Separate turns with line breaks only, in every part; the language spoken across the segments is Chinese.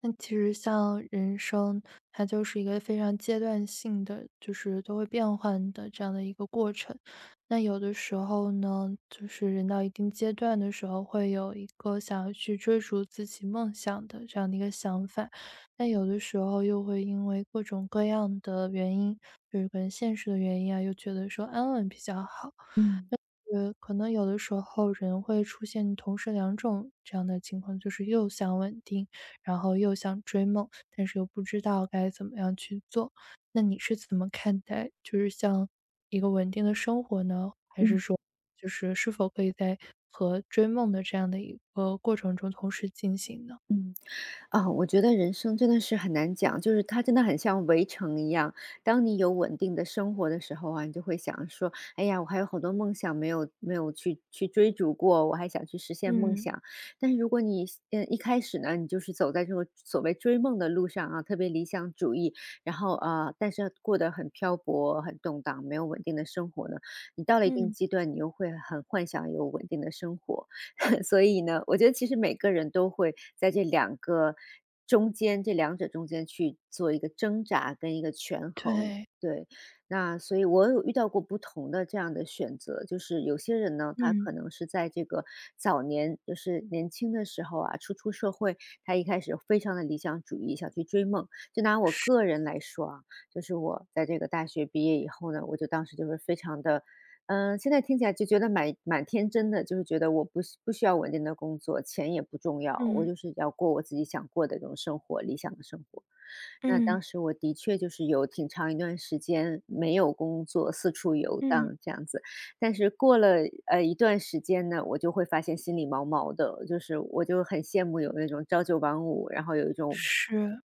那其实像人生，它就是一个非常阶段性的，就是都会变换的这样的一个过程。那有的时候呢，就是人到一定阶段的时候，会有一个想要去追逐自己梦想的这样的一个想法，但有的时候又会因为各种各样的原因，就是可能现实的原因啊，又觉得说安稳比较好。
嗯
可能有的时候人会出现同时两种这样的情况，就是又想稳定。然后又想追梦，但是又不知道该怎么样去做。那你是怎么看待，就是像一个稳定的生活呢？还是
嗯
说，就是是否可以在和追梦的这样的一个过程中同时进行呢？
嗯，啊，我觉得人生真的是很难讲，就是它真的很像围城一样。当你有稳定的生活的时候啊，你就会想说，哎呀，我还有好多梦想没有去追逐过，我还想去实现梦
嗯
想。但是如果你一开始呢，你就是走在这个所谓追梦的路上啊，特别理想主义，然后啊、但是过得很漂泊、很动荡，没有稳定的生活呢，你到了一定
嗯，
阶段，你又会很幻想有稳定的生活。所以呢，我觉得其实每个人都会在这两个中间，这两者中间去做一个挣扎跟一个权衡。
对，
对，那所以我有遇到过不同的这样的选择，就是有些人呢，他
嗯
可能是在这个早年，就是年轻的时候啊，初出社会，他一开始非常的理想主义，想去追梦。就拿我个人来说啊，就是我在这个大学毕业以后呢，我就当时就是非常的嗯，现在听起来就觉得蛮天真的，就是觉得我不需要稳定的工作，钱也不重要，我
嗯
就是要过我自己想过的这种生活，理想的生活。那
嗯
当时我的确就是有挺长一段时间没有工作，四处游
嗯，
荡这样子。但是过了一段时间呢，我就会发现心里毛毛的，就是我就很羡慕有那种朝九晚五，然后有一种
是，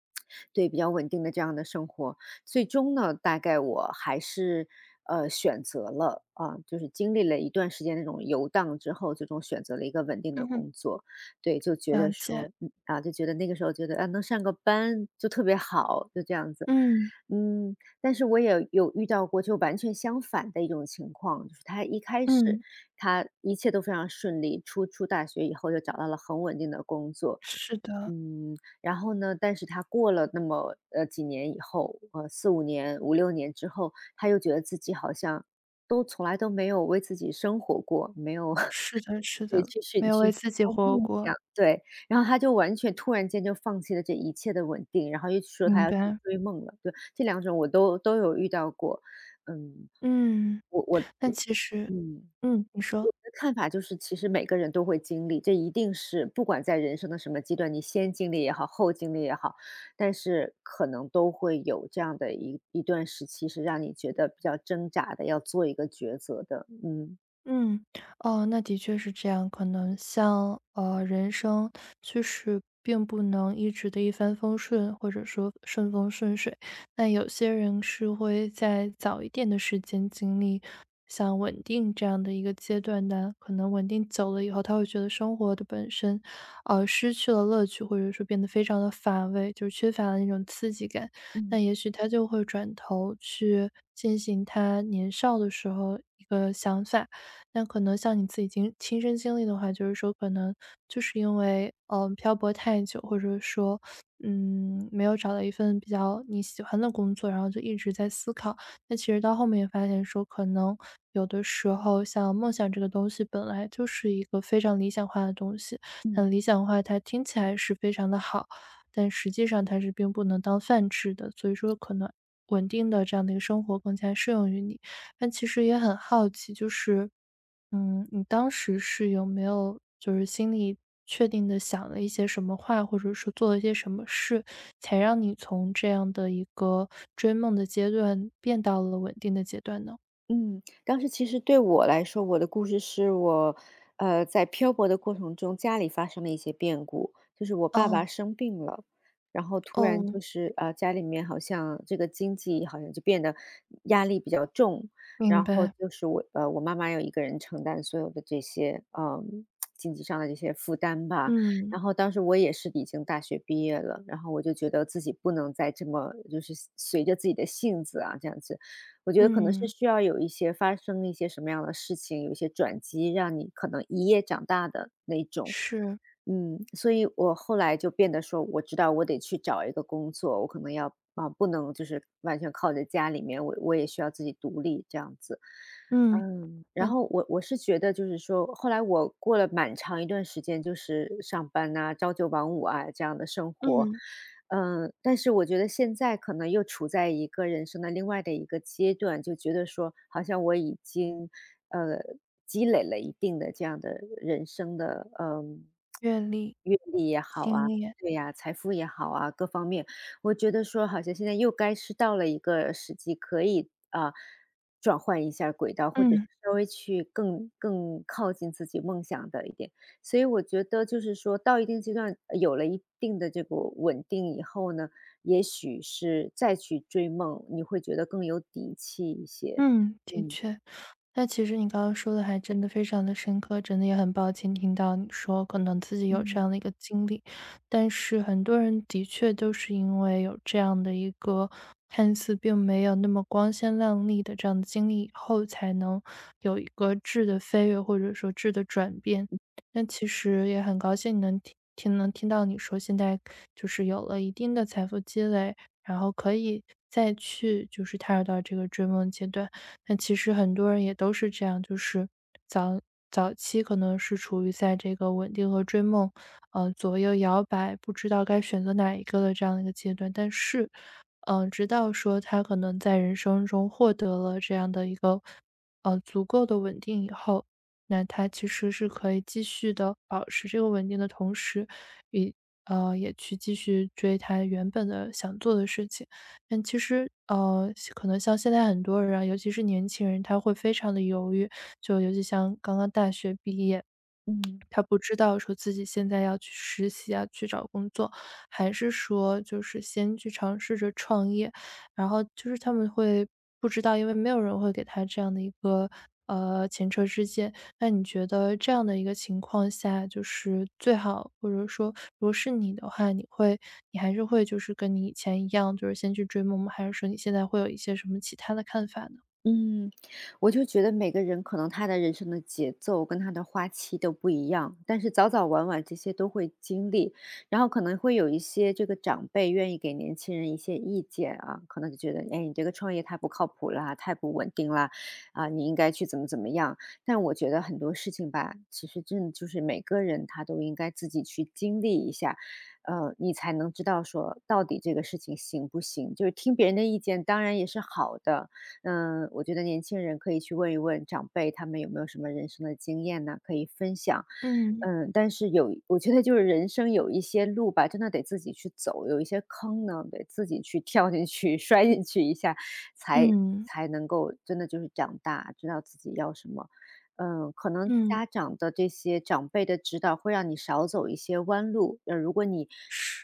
对，比较稳定的这样的生活。最终呢，大概我还是，选择了啊，就是经历了一段时间那种游荡之后，最终选择了一个稳定的
嗯，
工作。对，就觉
了
得
解，
说嗯，啊，就觉得那个时候觉得，啊，能上个班就特别好，就这样子。
嗯
嗯，但是我也有遇到过就完全相反的一种情况，就是他一开始
嗯，
他一切都非常顺利，出大学以后就找到了很稳定的工作。
是的，
嗯，然后呢，但是他过了那么几年以后，呃四五年、五六年之后，他又觉得自己好像都从来都没有为自己生活过，没有
是的，是
对
的，
去
没
寻
有为
寻求
自己
过
活
梦想，
过，
对，然后他就完全突然间就放弃了这一切的稳定，然后又说他
明
要去
白，
追梦了，对，这两种我都有遇到过，嗯，
嗯，
我我
那
嗯。
其实，
嗯
嗯，你说。
看法就是，其实每个人都会经历，这一定是不管在人生的什么阶段，你先经历也好，后经历也好，但是可能都会有这样的一段时期，是让你觉得比较挣扎的，要做一个抉择的。嗯
嗯，哦，那的确是这样。可能像人生就是并不能一直的一帆风顺，或者说顺风顺水。那有些人是会在早一点的时间经历像稳定这样的一个阶段的，可能稳定久了以后，他会觉得生活的本身，失去了乐趣，或者说变得非常的乏味，就是缺乏了那种刺激感。那
嗯
也许他就会转头去进行他年少的时候一个想法。那可能像你自己经亲身经历的话，就是说可能就是因为，漂泊太久，或者说，嗯，没有找到一份比较你喜欢的工作，然后就一直在思考。那其实到后面也发现说，可能有的时候像梦想这个东西本来就是一个非常理想化的东西，
嗯。
但理想化它听起来是非常的好，但实际上它是并不能当饭吃的，所以说可能稳定的这样的一个生活更加适用于你。但其实也很好奇，就是嗯，你当时是有没有就是心里确定的想了一些什么话，或者说做了一些什么事，才让你从这样的一个追梦的阶段变到了稳定的阶段呢？
嗯，当时其实对我来说，我的故事是我，呃，在漂泊的过程中，家里发生了一些变故，就是我爸爸
哦，
生病了，然后突然
哦，
就是，呃，家里面好像这个经济好像就变得压力比较重，
明
然后
白。
就是我，呃，我妈妈要一个人承担所有的这些，嗯，经济上的这些负担吧。
嗯，
然后当时我也是已经大学毕业了，然后我就觉得自己不能再这么就是随着自己的性子啊这样子。我觉得可能是
嗯，
需要有一些发生一些什么样的事情，有一些转机，让你可能一夜长大的那种。
是，
嗯，所以我后来就变得说，我知道我得去找一个工作，我可能要啊，不能就是完全靠在家里面，我也需要自己独立这样子。
嗯，
嗯，然
嗯，
后我是觉得就是说，后来我过了蛮长一段时间，就是上班呐、朝九晚五啊这样的生活，
嗯，
嗯，但是我觉得现在可能又处在一个人生的另外的一个阶段，就觉得说，好像我已经呃积累了一定的这样的人生的嗯
阅历、
阅历也好
经
啊，
验，
对呀、财富也好啊，各方面，我觉得说好像现在又该是到了一个时机可以啊。转换一下轨道，或者是
嗯。
稍微去更靠近自己梦想的一点。所以我觉得就是说到一定阶段，呃有了一定的这个稳定以后呢，也许是再去追梦，你会觉得更有底气一些。
嗯，的
嗯。
确。那其实你刚刚说的还真的非常的深刻，真的也很抱歉听到你说可能自己有这
嗯
样的一个经历，但是很多人的确都是因为有这样的一个看似并没有那么光鲜亮丽的这样的经历以后，才能有一个质的飞跃或者说质的转变。那其实也很高兴能听能听到你说现在就是有了一定的财富积累，然后可以再去就是踏入到这个追梦阶段。那其实很多人也都是这样，就是早早期可能是处于在这个稳定和追梦，左右摇摆，不知道该选择哪一个的这样的一个阶段。但是，嗯、直到说他可能在人生中获得了这样的一个足够的稳定以后，那他其实是可以继续的保持这个稳定的同时，也也去继续追他原本的想做的事情。但其实，可能像现在很多人啊，尤其是年轻人，他会非常的犹豫，就尤其像刚刚大学毕业，
嗯。
他不知道说自己现在要去实习啊，去找工作，还是说就是先去尝试着创业。然后就是他们会不知道，因为没有人会给他这样的一个前车之鉴。那你觉得这样的一个情况下，就是最好，或者说如果是你的话，你还是会就是跟你以前一样，就是先去追梦吗？还是说你现在会有一些什么其他的看法呢？
嗯，我就觉得每个人可能他的人生的节奏跟他的花期都不一样，但是早早晚晚这些都会经历，然后可能会有一些这个长辈愿意给年轻人一些意见啊，可能就觉得，哎，你这个创业太不靠谱啦，太不稳定啦，啊，你应该去怎么怎么样。但我觉得很多事情吧，其实真的就是每个人他都应该自己去经历一下，呃，你才能知道说到底这个事情行不行。就是听别人的意见，当然也是好的，嗯，我觉得年轻人可以去问一问长辈，他们有没有什么人生的经验呢，可以分享。
嗯
嗯，但是有我觉得就是人生有一些路吧，真的得自己去走，有一些坑呢，得自己去跳进去、摔进去一下，才
嗯
才能够真的就是长大，知道自己要什么。嗯，可能
嗯，
家长的这些长辈的指导会让你少走一些弯路。呃，如果你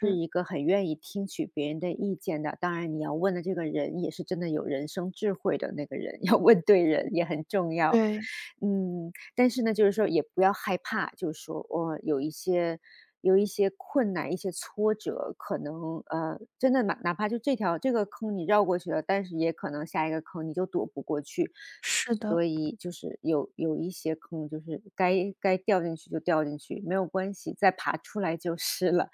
是一个很愿意听取别人的意见的，当然你要问的这个人也是真的有人生智慧的那个人，要问对人也很重要。
对，
嗯，但是呢，就是说也不要害怕，就是说我有一些困难、一些挫折，可能呃，真的哪怕就这条这个坑你绕过去了，但是也可能下一个坑你就躲不过去。
是的，
所以就是有一些坑，就是该掉进去就掉进去，没有关系，再爬出来就是了。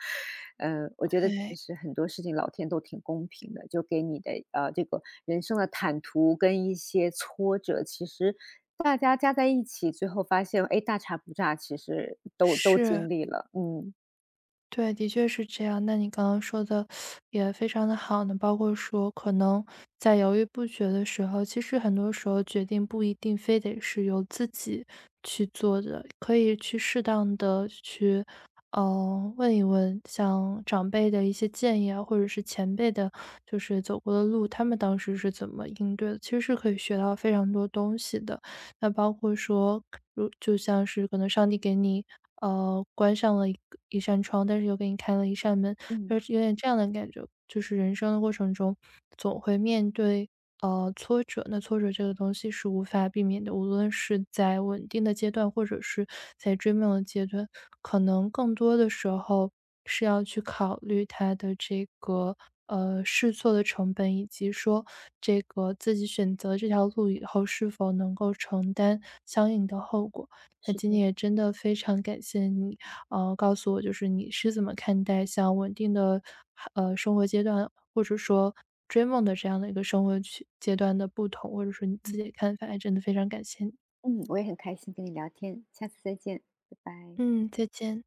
嗯，呃我觉得其
对，
实很多事情老天都挺公平的，就给你的呃这个人生的坦途跟一些挫折，其实大家加在一起最后发现，哎，大差不差，其实都
是。
经历了，嗯。
对，的确是这样。那你刚刚说的 也非常的好呢，包括说可能在犹豫不决的时候，其实很多时候决定不一定非得是由自己去做的，可以去适当的去，嗯，问一问像长辈的一些建议啊，或者是前辈的，就是走过的路，他们当时是怎么应对的，其实是可以学到非常多东西的。那包括说，如就像是可能上帝给你，关上了一个一扇窗，但是又给你开了一扇门，就
嗯，
是有点这样的感觉。就是人生的过程中，总会面对挫折，那挫折这个东西是无法避免的，无论是在稳定的阶段，或者是在追梦的阶段，可能更多的时候是要去考虑它的这个试错的成本，以及说这个自己选择这条路以后是否能够承担相应的后果。那
是
今
这
天
样
也真的非常感谢你。告诉我就是你是怎么看待像稳定的生活阶段，或者说追梦的这样的一个生活区阶段的不同，或者说你自己的看法，还真的非常感谢你。
嗯，我也很开心跟你聊天，下次再见，拜拜。
嗯，再见。